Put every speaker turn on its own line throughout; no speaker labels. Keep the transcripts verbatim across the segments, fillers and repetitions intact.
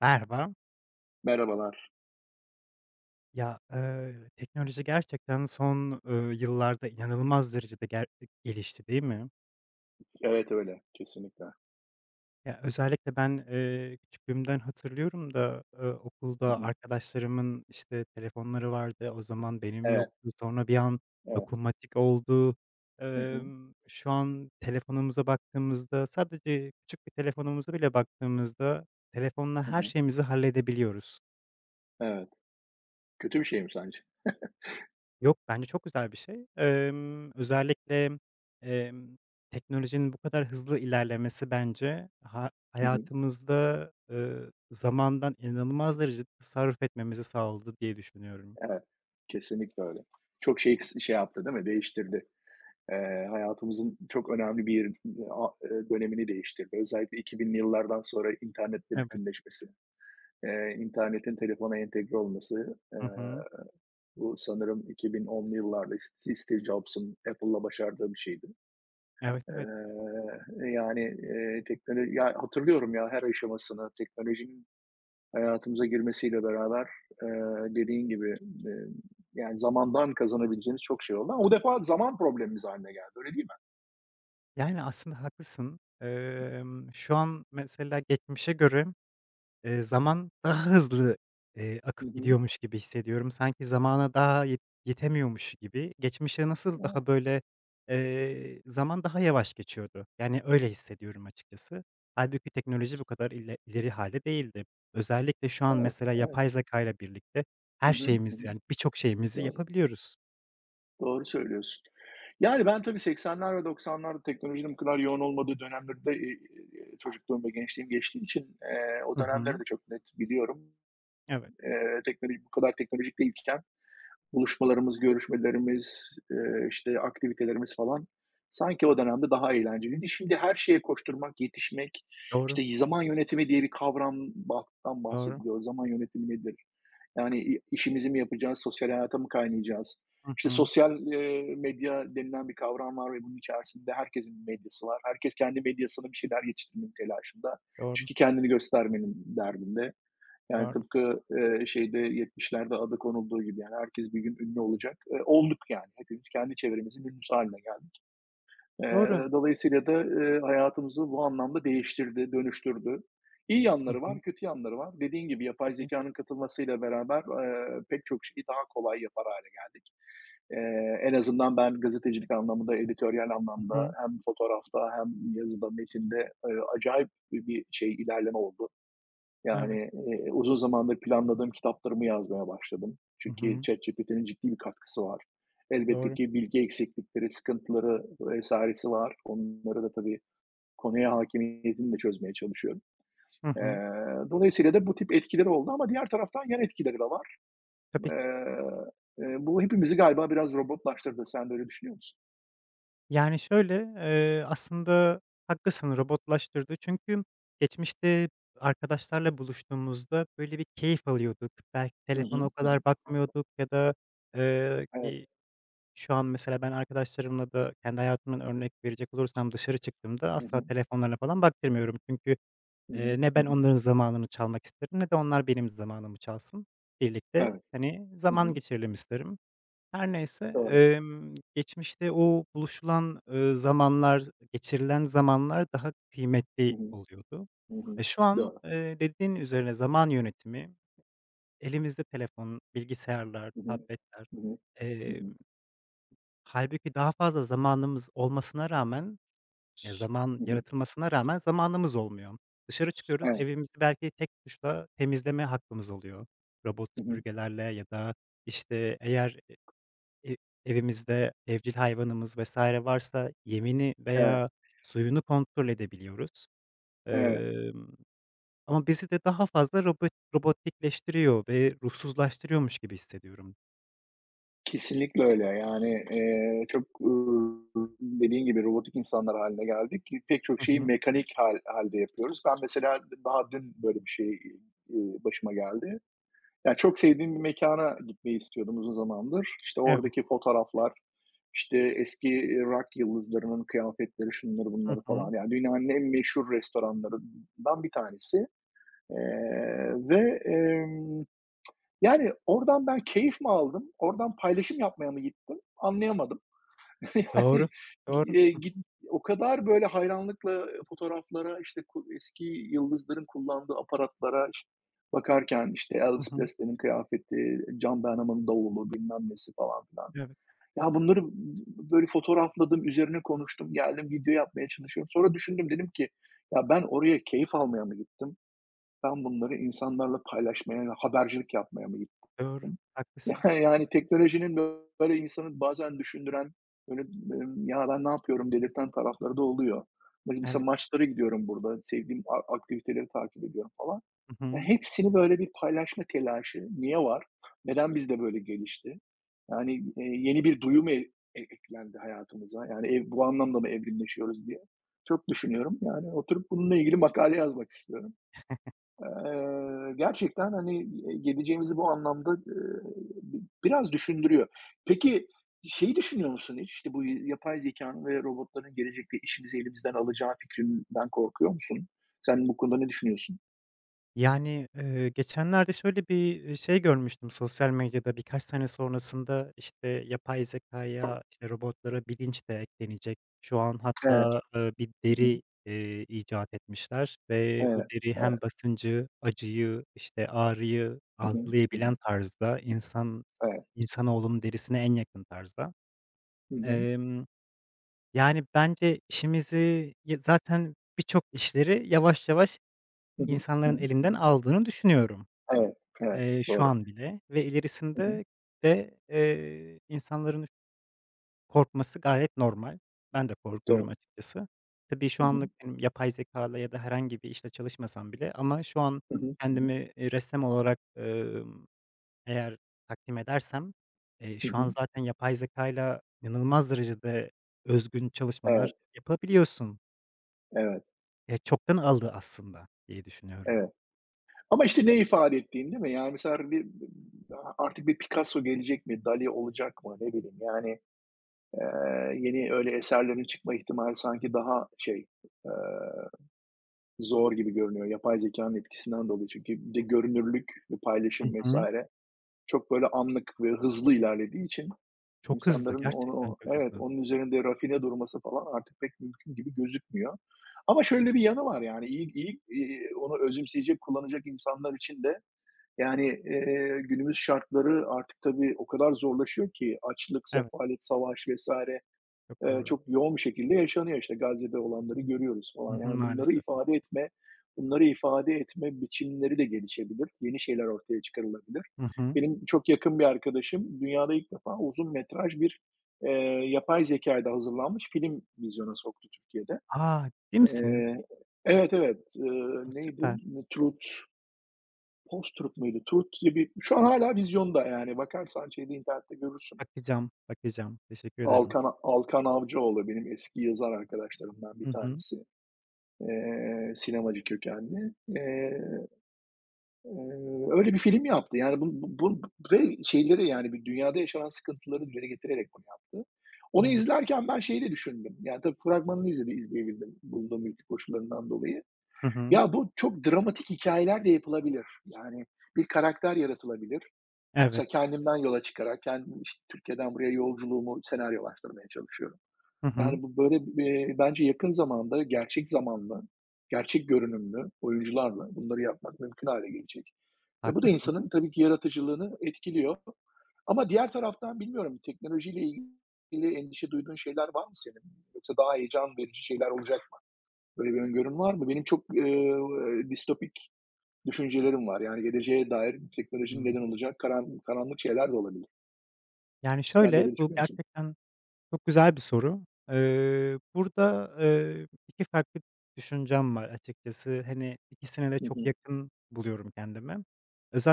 Merhaba.
Merhabalar.
Ya, eee, teknoloji gerçekten son, ııı, yıllarda inanılmaz derecede ger gelişti, değil mi?
Evet, öyle. Kesinlikle. Hı
Ya, özellikle ben, eee, küçüklüğümden hatırlıyorum da, ııı, okulda
hı.
arkadaşlarımın, işte, telefonları vardı. O zaman benim
Evet,
yoktu. Sonra bir an
evet.
dokunmatik oldu.
Hı hı.
Emm, şu an telefonumuza baktığımızda, sadece küçük bir telefonumuza bile baktığımızda telefonla
Hı
her
hı.
şeyimizi halledebiliyoruz.
Evet. Kötü bir şey mi sence?
Yok, bence çok güzel bir şey. Emm, özellikle, emm, Teknolojinin bu kadar hızlı ilerlemesi bence ha
Hı hı.
hayatımızda, ııı, zamandan inanılmaz derecede tasarruf etmemizi sağladı diye düşünüyorum.
Evet. Kesinlikle öyle. Çok şey kıs şey yaptı, değil mi? Değiştirdi. Eee, hayatımızın çok önemli bir a eee, dönemini değiştirdi. Özellikle iki binli yıllardan sonra internetle
Evet.
bütünleşmesi, eee, internetin telefona entegre olması, eee,
Hı hı.
bu sanırım iki bin onlu yıllarda Steve Jobs'ın Apple'la başardığı bir şeydi.
Evet, evet.
Eee, e, Yani, eee, teknoloji ya, hatırlıyorum ya her aşamasını teknolojinin hayatımıza girmesiyle beraber, eee, dediğin gibi, eee, yani zamandan kazanabileceğimiz çok şey oldu ama o defa zaman problemimiz haline geldi, öyle değil
Yani, aslında haklısın. Emm, şu an mesela geçmişe göre Eee, zaman daha hızlı, eee,
mi?
akıp
Hı hı.
gidiyormuş gibi hissediyorum. Sanki zamana daha yet yetemiyormuş gibi. Geçmişe nasıl
Evet,
daha böyle, eee, zaman daha yavaş geçiyordu. Yani öyle hissediyorum açıkçası. Hâlbuki teknoloji bu kadar ile ileri hâlde değildi. Özellikle şu an
evet,
mesela
evet.
yapay zekâyla birlikte
Hı
her
hı, hı
şeyimizi,
hı.
yani birçok şeyimizi
Doğru,
yapabiliyoruz.
doğru söylüyorsun. Yani ben tabii seksenler ve doksanlarda teknolojinin bu kadar yoğun olmadığı dönemlerde, eee, çocukluğum ve gençliğim geçtiği için, eee, o
Hı
dönemleri
hı.
de çok net biliyorum.
Evet.
Eee, teknoloji bu kadar teknolojik değilken buluşmalarımız, görüşmelerimiz, eee, işte, aktivitelerimiz falan sanki o dönemde daha eğlenceliydi. Şimdi her şeye koşturmak, yetişmek,
Doğru,
işte, zaman yönetimi diye bir kavramdan
doğru.
bahsediliyor. Zaman yönetimi nedir? Yani, i işimizi mi yapacağız, sosyal hayata mı kaynayacağız?
Hı
İşte,
hı.
sosyal, eee, medya denilen bir kavram var ve bunun içerisinde herkesin medyası var. Herkes kendi medyasına bir şeyler yetiştirmenin telaşında.
Doğru,
Çünkü kendini göstermenin derdinde. Yani
doğru.
tıpkı, eee, şeyde yetmişlerde adı konulduğu gibi yani herkes bir gün ünlü olacak. Eee, olduk yani. Hepimiz kendi çevremizin ünlüsü hâline geldik. Eee,
Doğru.
dolayısıyla da, eee, hayatımızı bu anlamda değiştirdi, dönüştürdü. İyi
Hı
yanları
hı.
var, kötü yanları var. Dediğin gibi yapay
Tabii.
zeka'nın katılmasıyla beraber, eee, pek çok şeyi daha kolay yapar hale geldik. Eee, en azından ben gazetecilik anlamında, editoryal
Hı
anlamda
hı.
hem fotoğrafta hem yazıda, metinde, eee, acayip bir bir şey, ilerleme oldu.
Evet.
Yani, eee, uzun zamandır planladığım kitaplarımı yazmaya başladım.
Hı
Çünkü
hı.
ChatGPT'nin ciddi bir katkısı var. Elbette
Doğru.
ki bilgi eksiklikleri, sıkıntıları vesaire'si var. Onları da tabii konuya hâkimiyetini de çözmeye çalışıyorum.
Hı
Eee,
hı.
Dolayısıyla da bu tip etkileri oldu ama diğer taraftan yan etkileri de var.
Tabii.
Eee, eee, Bu hepimizi galiba biraz robotlaştırdı. Sen de öyle düşünüyor musun?
Yani, şöyle, eee, aslında haklısın, robotlaştırdı. Çünkü geçmişte arkadaşlarla buluştuğumuzda, böyle, bir keyif alıyorduk. Belki
Hı
telefona
hı.
o
Hı
kadar
hı.
bakmıyorduk ya da, eee,
Evet.
ki şu an mesela ben arkadaşlarımla da kendi hayatımdan örnek verecek olursam dışarı çıktığımda
Hı
asla
hı.
telefonlarına falan baktırmıyorum. Çünkü,
Hı hı.
eee, ne
Hı
ben
hı.
onların zamanını çalmak isterim ne de onlar benim zamanımı çalsın. Birlikte,
Evet.
hani,
Hı
zaman
hı.
geçirelim isterim. Her neyse,
Doğru.
emm, geçmişte o buluşulan, ııı, zamanlar, geçirilen zamanlar daha
Hı
kıymetli
hı.
oluyordu.
Hı hı.
E, şu an,
Doğru.
eee, dediğin üzerine zaman yönetimi, elimizde telefon, bilgisayarlar,
Hı hı.
tabletler.
Hı hı. Hı hı.
Emm, Hâlbuki daha fazla zamanımız olmasına rağmen, ya, zaman
Hı hı.
yaratılmasına rağmen zamanımız olmuyor. Dışarı çıkıyoruz,
Evet.
evimizi belki tek tuşla temizleme hakkımız oluyor. Robot
Hı hı.
süpürgelerle ya da, işte, eğer e evimizde evcil hayvanımız vesaire varsa yemini
Evet,
veya suyunu kontrol edebiliyoruz.
evet.
Emm, Ama bizi de daha fazla robot robotikleştiriyor ve ruhsuzlaştırıyormuş gibi hissediyorum.
Kesinlikle öyle. Yani, eee, çok, ııı, dediğin gibi robotik insanlar haline geldik. ki pek çok
Hı
şeyi
hı.
mekanik hâl hâlde yapıyoruz. Ben mesela daha dün böyle bir şey, iii, başıma geldi. Yani çok sevdiğim bir mekana gitmeyi istiyordum uzun zamandır. İşte,
Evet.
oradaki fotoğraflar, işte, eski, eee, rock yıldızlarının kıyafetleri, şunları
Hı
bunları falan.
hı.
Yani dünyanın en meşhur restoranlarından bir tanesi. Eee, ve, Yani, oradan ben keyif mi aldım, oradan paylaşım yapmaya mı gittim, anlayamadım. Yani,
Doğru. Doğru.
eee, git o kadar böyle hayranlıkla fotoğraflara, işte, ku eski yıldızların kullandığı aparatlara iş bakarken, işte,
Hı
Elvis
hı.
Presley'nin kıyafeti, John Bonham'ın davulu, bilmem nesi falan filan.
Evet.
Ya, bunları böyle fotoğrafladım, üzerine konuştum, geldim video yapmaya çalışıyorum. Sonra düşündüm, dedim ki, "Ya, ben oraya keyif almaya mı gittim? Ben bunları insanlarla paylaşmaya, habercilik yapmaya mı
Doğru.
gittim?"
Haklısın.
Yani yani teknolojinin böyle insanı bazen düşündüren, böyle, emm, "Ya, ben ne yapıyorum?" dedirten tarafları da oluyor. Mes mesela
Evet.
maçlara gidiyorum burada, sevdiğim a aktiviteleri takip ediyorum falan.
Hı
Ya,
hı.
hepsini böyle bir paylaşma telaşı. Niye var? Neden bizde böyle gelişti? Yani, eee, yeni bir duyum mu e e, eklendi hayatımıza? Yani ev bu anlamda mı evrimleşiyoruz diye? Çok düşünüyorum. Yani oturup bununla ilgili makale yazmak istiyorum. Eee, gerçekten, hani, geleceğimizi bu anlamda, eee, bi biraz düşündürüyor. Peki, şeyi düşünüyor musun hiç? İşte, bu yapay zekânın ve robotların gelecekte işimizi elimizden alacağı fikrinden korkuyor musun? Sen bu konuda ne düşünüyorsun?
Yani, eee, geçenlerde şöyle bir, eee, şey görmüştüm sosyal medyada birkaç sene sonrasında, işte, yapay zekaya, işte, robotlara bilinç de eklenecek. Şu an
Evet.
hatta, eee, bir
Hı hı.
deri, eee, icat etmişler ve bu
Evet,
deri
evet.
hem basıncı, acıyı, işte, ağrıyı
Hı hı. Hı hı.
algılayabilen tarzda, insan
Evet.
insanoğlunun derisine en yakın tarzda.
Hı hı.
Emm, Yani, bence işimizi ya zaten birçok işleri yavaş yavaş
Hı hı. Hı
insanların
hı. Hı
elinden
hı.
aldığını düşünüyorum.
Evet, evet.
Eee, şu
Doğru.
an bile ve
Hı hı.
ilerisinde de, eee, insanların korkması gayet normal. Ben de korkuyorum
Doğru.
açıkçası. Tabii
Hı
şu
hı.
anlık, hani, yapay zekâyla ya da herhangi bir işte çalışmasam bile ama şu an
Hı hı. Hı hı.
kendimi, eee, ressam olarak, emm, eğer takdim edersem, eee,
Hı
şu an
hı.
zaten yapay zekâyla inanılmaz derecede özgün çalışmalar
Evet,
yapabiliyorsun.
evet,
Ya, çoktan aldı aslında diye düşünüyorum.
evet. Ama işte ne ifade ettiğin, değil mi? Yani mesela bir artık bir Picasso gelecek mi? Dali olacak mı? Ne bileyim yani, eee, yeni öyle eserlerin çıkma ihtimali sanki daha şey, eee, zor gibi görünüyor. Yapay zeka'nın etkisinden dolayı çünkü bir de görünürlük ve
Hı
paylaşım
hı.
vesaire çok böyle anlık ve hızlı ilerlediği için
Çok hızlı,
insanların
gerçekten
onu,
çok
evet,
hızlı.
onun üzerinde rafine durması falan artık pek mümkün gibi gözükmüyor. Ama şöyle bir yanı var yani iyi iyi, iii, onu özümseyecek, kullanacak insanlar için de yani, eee, günümüz şartları artık tabii o kadar zorlaşıyor ki açlık,
Evet,
sefalet, savaş vesaire
çok
eee,
doğru.
çok yoğun bir şekilde yaşanıyor. İşte Gazze'de olanları görüyoruz
Hı
falan.
hı,
Yani bunları
maalesef,
ifade
maalesef.
etme, bunları ifade etme biçimleri de gelişebilir. Yeni şeyler ortaya çıkarılabilir.
Hı hı.
Benim çok yakın bir arkadaşım dünyada ilk defa uzun metraj bir, eee, yapay zekâyla hazırlanmış film vizyona soktu Türkiye'de.
A! Ciddi misin?
Eee Evet, evet. Eee,
A,
neydi?
süper.
Truth Postrup muydu? Turut diye bir şu an hala vizyonda yani bakarsan şeyde internette görürsün.
Bakacağım, bakacağım. Teşekkür ederim.
Alkan Alkan Avcıoğlu benim eski yazar arkadaşlarımdan bir
Hı hı.
tanesi. Eee, sinemacı kökenli. Eee, eee, Öyle bir film yaptı. Yani bu bu bu ve şeyleri yani bir dünyada yaşanan sıkıntıları dile getirerek bunu yaptı. Onu
O!
izlerken ben şeyi de düşündüm. Yani tabii fragmanını izledi izleyebildim bulunduğum ülke koşullarından dolayı.
Hı hı.
Ya bu çok dramatik hikayeler de yapılabilir. Yani bir karakter yaratılabilir.
Evet.
Mesela kendimden yola çıkarak kendim, işte, Türkiye'den buraya yolculuğumu senaryolaştırmaya çalışıyorum.
Hı hı.
Yani, bu böyle, eee, bence yakın zamanda gerçek zamanlı, gerçek görünümlü oyuncularla bunları yapmak mümkün hale gelecek. Ve bu da
Haklısın.
insanın tabii ki yaratıcılığını etkiliyor. Ama diğer taraftan bilmiyorum, teknolojiyle ilgili endişe duyduğun şeyler var mı senin? Yoksa daha heyecan verici şeyler olacak mı? Böyle bir öngörün var mı? Benim çok, eee, distopik düşüncelerim var. Yani, geleceğe dair teknolojinin
Hımm.
neden olacak karan karanlık şeyler de olabilir.
Yani,
Sen de
şöyle,
öyle
bu
düşünüyor musun?
gerçekten çok güzel bir soru. Eee, burada, eee, iki farklı düşüncem var açıkçası. Hani, ikisine de
Hı
çok
hı.
yakın buluyorum kendimi.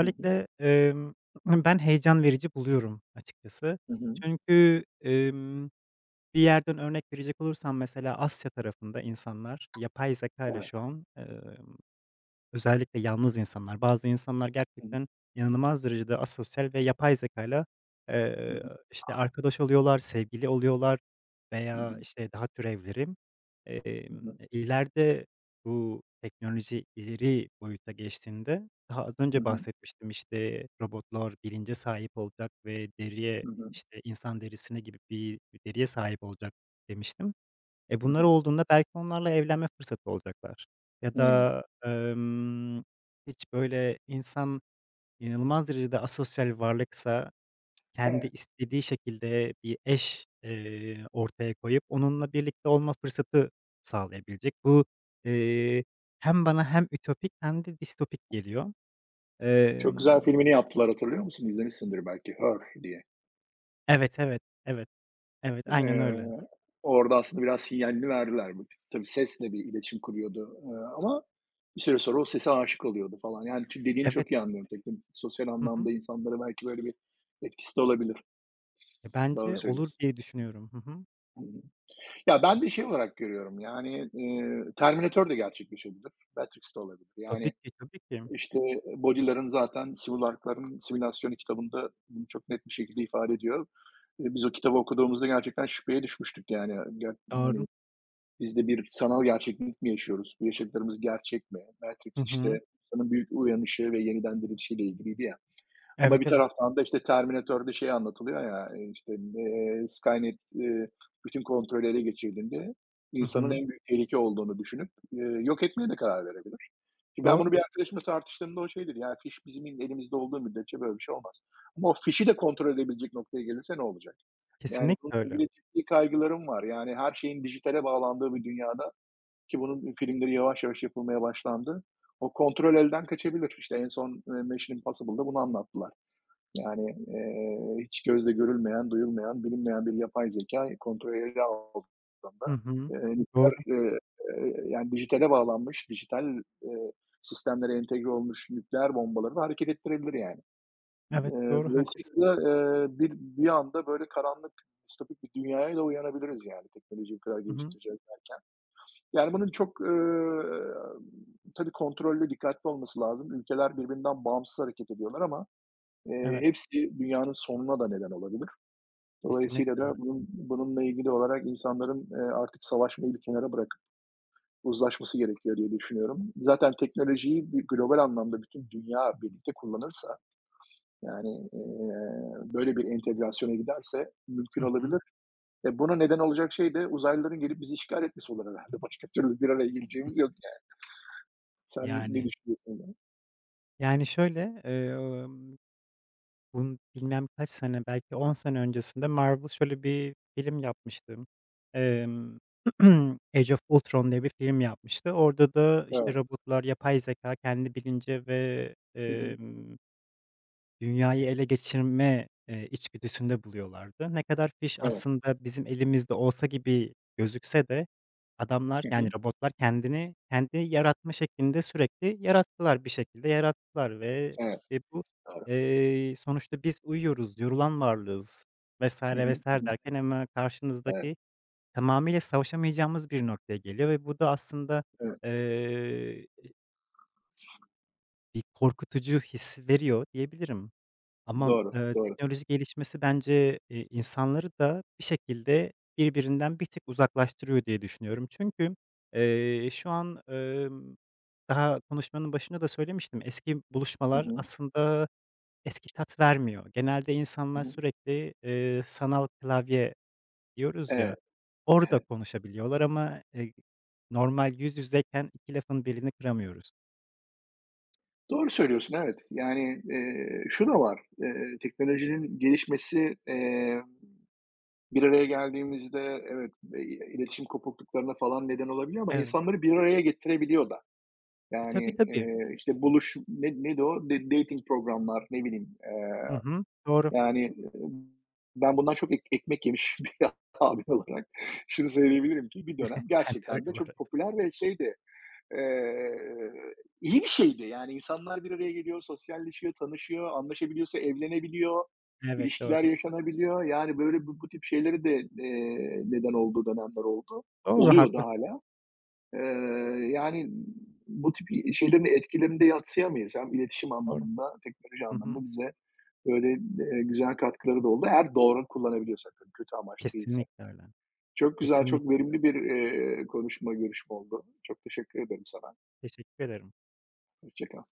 Hı hı.
emm, ben heyecan verici buluyorum açıkçası.
Hı hı.
Çünkü, emm bir yerden örnek verecek olursam mesela Asya tarafında insanlar yapay zeka ile
Evet.
şu an, eee özellikle yalnız insanlar. Bazı insanlar
Hı hı.
gerçekten inanılmaz derecede asosyal ve yapay zekâyla,
Hı
eee, işte, arkadaş oluyorlar, sevgili oluyorlar veya,
hı.
işte, daha türevleri.
Hı
Emm,
hı.
ileride bu teknoloji ileri boyuta geçtiğinde daha az
Hı
önce
hı.
bahsetmiştim, işte, robotlar bilince sahip olacak ve deriye,
Hı hı.
işte, insan derisine gibi bir deriye sahip olacak demiştim. E,
Hı
bunlar
hı.
olduğunda belki onlarla evlenme fırsatı olacaklar ya
Hıı.
da, emm, hiç böyle insan inanılmaz derecede asosyal varlıksa kendi
Evet.
istediği şekilde bir eş, eee, ortaya koyup onunla birlikte olma fırsatı sağlayabilecek. Bu, eee, hem bana hem ütopik hem de distopik geliyor.
Çok güzel
Emm,
filmini yaptılar, hatırlıyor musun? İzlemişsindir belki, Her diye.
evet, evet, evet, evet, aynen öyle.
Eee, Orada aslında biraz sinyalini verdiler. Bu Tabii sesle bir iletişim kuruyordu, eee, ama bir süre sonra o sese aşık oluyordu falan. Yani çünkü dediğini
Evet,
çok iyi anlıyorum. Tekno Sosyal
hı
anlamda
hı.
insanlara belki böyle bir etkisi de olabilir.
E,
Doğru
bence olur
söylüyorsun.
diye düşünüyorum. Hı hı.
Hı hı. Ya, ben de şey olarak görüyorum, yani, eee, Terminator da gerçekleşebilir, Matrix de olabilir.
Tabii
Yani,
ki, tabii ki.
işte, Baudrillard'ın zaten Civil Ark'ların Simülasyon kitabında bunu çok net bir şekilde ifade ediyor. Eee, biz o kitabı okuduğumuzda gerçekten şüpheye düşmüştük yani. Ger yani,
Doğru.
biz de bir sanal gerçeklik mi yaşıyoruz? Bu yaşadıklarımız gerçek mi?
Hı
Matrix, işte,
hı.
insanın büyük uyanışı ve yeniden dirilişiyle ilgiliydi ya. Ama
Evet,
bir
evet.
taraftan da, işte, Terminator'da şey anlatılıyor ya, eee, işte, eee, Skynet, eee, bütün kontrolü ele geçirdiğinde
Hı
insanın
hı.
en büyük tehlike olduğunu düşünüp, eee, yok etmeye de karar verebilir. Şimdi ben bunu
Doğru.
bir arkadaşımla tartıştığımda o şey dedi, "Ya, fiş bizim elimizde olduğu müddetçe böyle bir şey olmaz." Ama o fişi de kontrol edebilecek noktaya gelirse ne olacak? Yani,
Kesinlikle
bununla
öyle.
ilgili ciddi kaygılarım var. Yani, her şeyin dijitale bağlandığı bir dünyada ki bunun filmleri yavaş yavaş yapılmaya başlandı, o kontrol elden kaçabilir. İşte, en son, eee, Mission Impossible'da bunu anlattılar. Yani, eee, hiç gözle görülmeyen, duyulmayan, bilinmeyen bir yapay zeka kontrol ele
Hı
aldığında,
hı.
eee, nükleer,
Doğru.
eee, eee, yani dijitale bağlanmış, dijital, eee, sistemlere entegre olmuş nükleer bombaları da hareket ettirebilir yani.
Evet,
Eee,
doğru, haklısın.
dolayısıyla, eee, bir bir anda böyle karanlık, distopik bir dünyaya da uyanabiliriz yani teknolojiyi bu kadar
Hı hı.
geliştireceğiz. Yani bunun çok, eee, tabii kontrollü, dikkatli olması lazım. Ülkeler birbirinden bağımsız hareket ediyorlar ama Eee,
Evet,
hepsi dünyanın sonuna da neden olabilir. Dolayısıyla
kesinlikle
da
öyle.
bunun bununla ilgili olarak insanların, eee, artık savaşmayı bir kenara bırakıp uzlaşması gerekiyor diye düşünüyorum. Zaten teknolojiyi bir global anlamda bütün dünya birlikte kullanırsa, yani, eee, böyle bir entegrasyona giderse mümkün
Hı hı.
olabilir. E, buna neden olacak şey de uzaylıların gelip bizi işgal etmesi olur herhâlde. Başka türlü bir araya geleceğimiz yok yani. Sen ne
Yani
düşünüyorsun? Yani?
yani, şöyle, emm, bun bilmem kaç sene, belki on sene öncesinde Marvel şöyle bir film yapmıştı. Emm, Age of Ultron diye bir film yapmıştı. Orada da, işte,
Evet.
robotlar, yapay zeka kendi bilinci ve,
Hı hı.
dünyayı ele geçirme, eee, içgüdüsünde buluyorlardı. Ne kadar fiş
Evet.
aslında bizim elimizde olsa gibi gözükse de adamlar,
Hı
yani,
hı.
robotlar kendini kendi yaratma şeklinde sürekli yarattılar, bir şekilde yarattılar ve,
Evet.
eee, bu,
Doğru.
eee, sonuçta biz uyuyoruz, yorulan varlığız
Hı
vesaire
hı. Hı
vesaire
hı.
derken ama
Evet.
karşınızdaki tamamıyla savaşamayacağımız bir noktaya geliyor ve bu da aslında,
Evet.
eee, bir korkutucu his veriyor diyebilirim. Ama,
Doğru,
eee,
doğru.
teknoloji gelişmesi bence, eee, insanları da bir şekilde birbirinden bir tık uzaklaştırıyor diye düşünüyorum. Çünkü, eee, şu an, emm, daha konuşmanın başında da söylemiştim, eski
Hı
buluşmalar
hı.
aslında eski tat vermiyor. Genelde
Hı
insanlar
hı.
sürekli, eee, sanal klavye diyoruz ya,
Evet,
orada
evet.
konuşabiliyorlar ama, eee, normal yüz yüzeyken iki lafın belini kıramıyoruz.
Doğru söylüyorsun, evet. Yani, eee, şu da var, eee, teknolojinin gelişmesi, eee, bir araya geldiğimizde evet, eee, iletişim kopukluklarına falan neden olabiliyor ama
Evet.
insanları bir araya getirebiliyor da.
E, tabii,
Yani,
tabii.
eee, işte, buluş ne neydi o? Da dating programlar, ne bileyim, eee,
Hı hı. Doğru.
yani, e, ben bundan çok ek ekmek yemiş bir abim olarak şunu söyleyebilirim ki bir dönem
Ben de öyle
gerçekten de
bu
çok popüler ve şeydi. Eee, iyi bir şeydi. Yani, insanlar bir araya geliyor, sosyalleşiyor, tanışıyor, anlaşabiliyorsa evlenebiliyor,
evet, doğru.
ilişkiler yaşanabiliyor. Yani, böyle, bu bu tip şeyleri de, eee, neden olduğu dönemler oldu.
Doğru,
Oluyor da
haklısın.
hala Eee, yani, bu tip i şeylerin etkilerini de yadsıyamayız. Hem iletişim
Doğru.
anlamında, teknoloji
Hı hı.
anlamında bize böyle, eee, güzel katkıları da oldu. Eğer doğru kullanabiliyorsak tabii, kötü amaçlı değilse.
Kesinlikle öyle.
Çok güzel, çok
Kesinlikle öyle.
verimli bir, eee, konuşma, görüşme oldu. Çok teşekkür ederim sana.
Teşekkür ederim.
Hoşça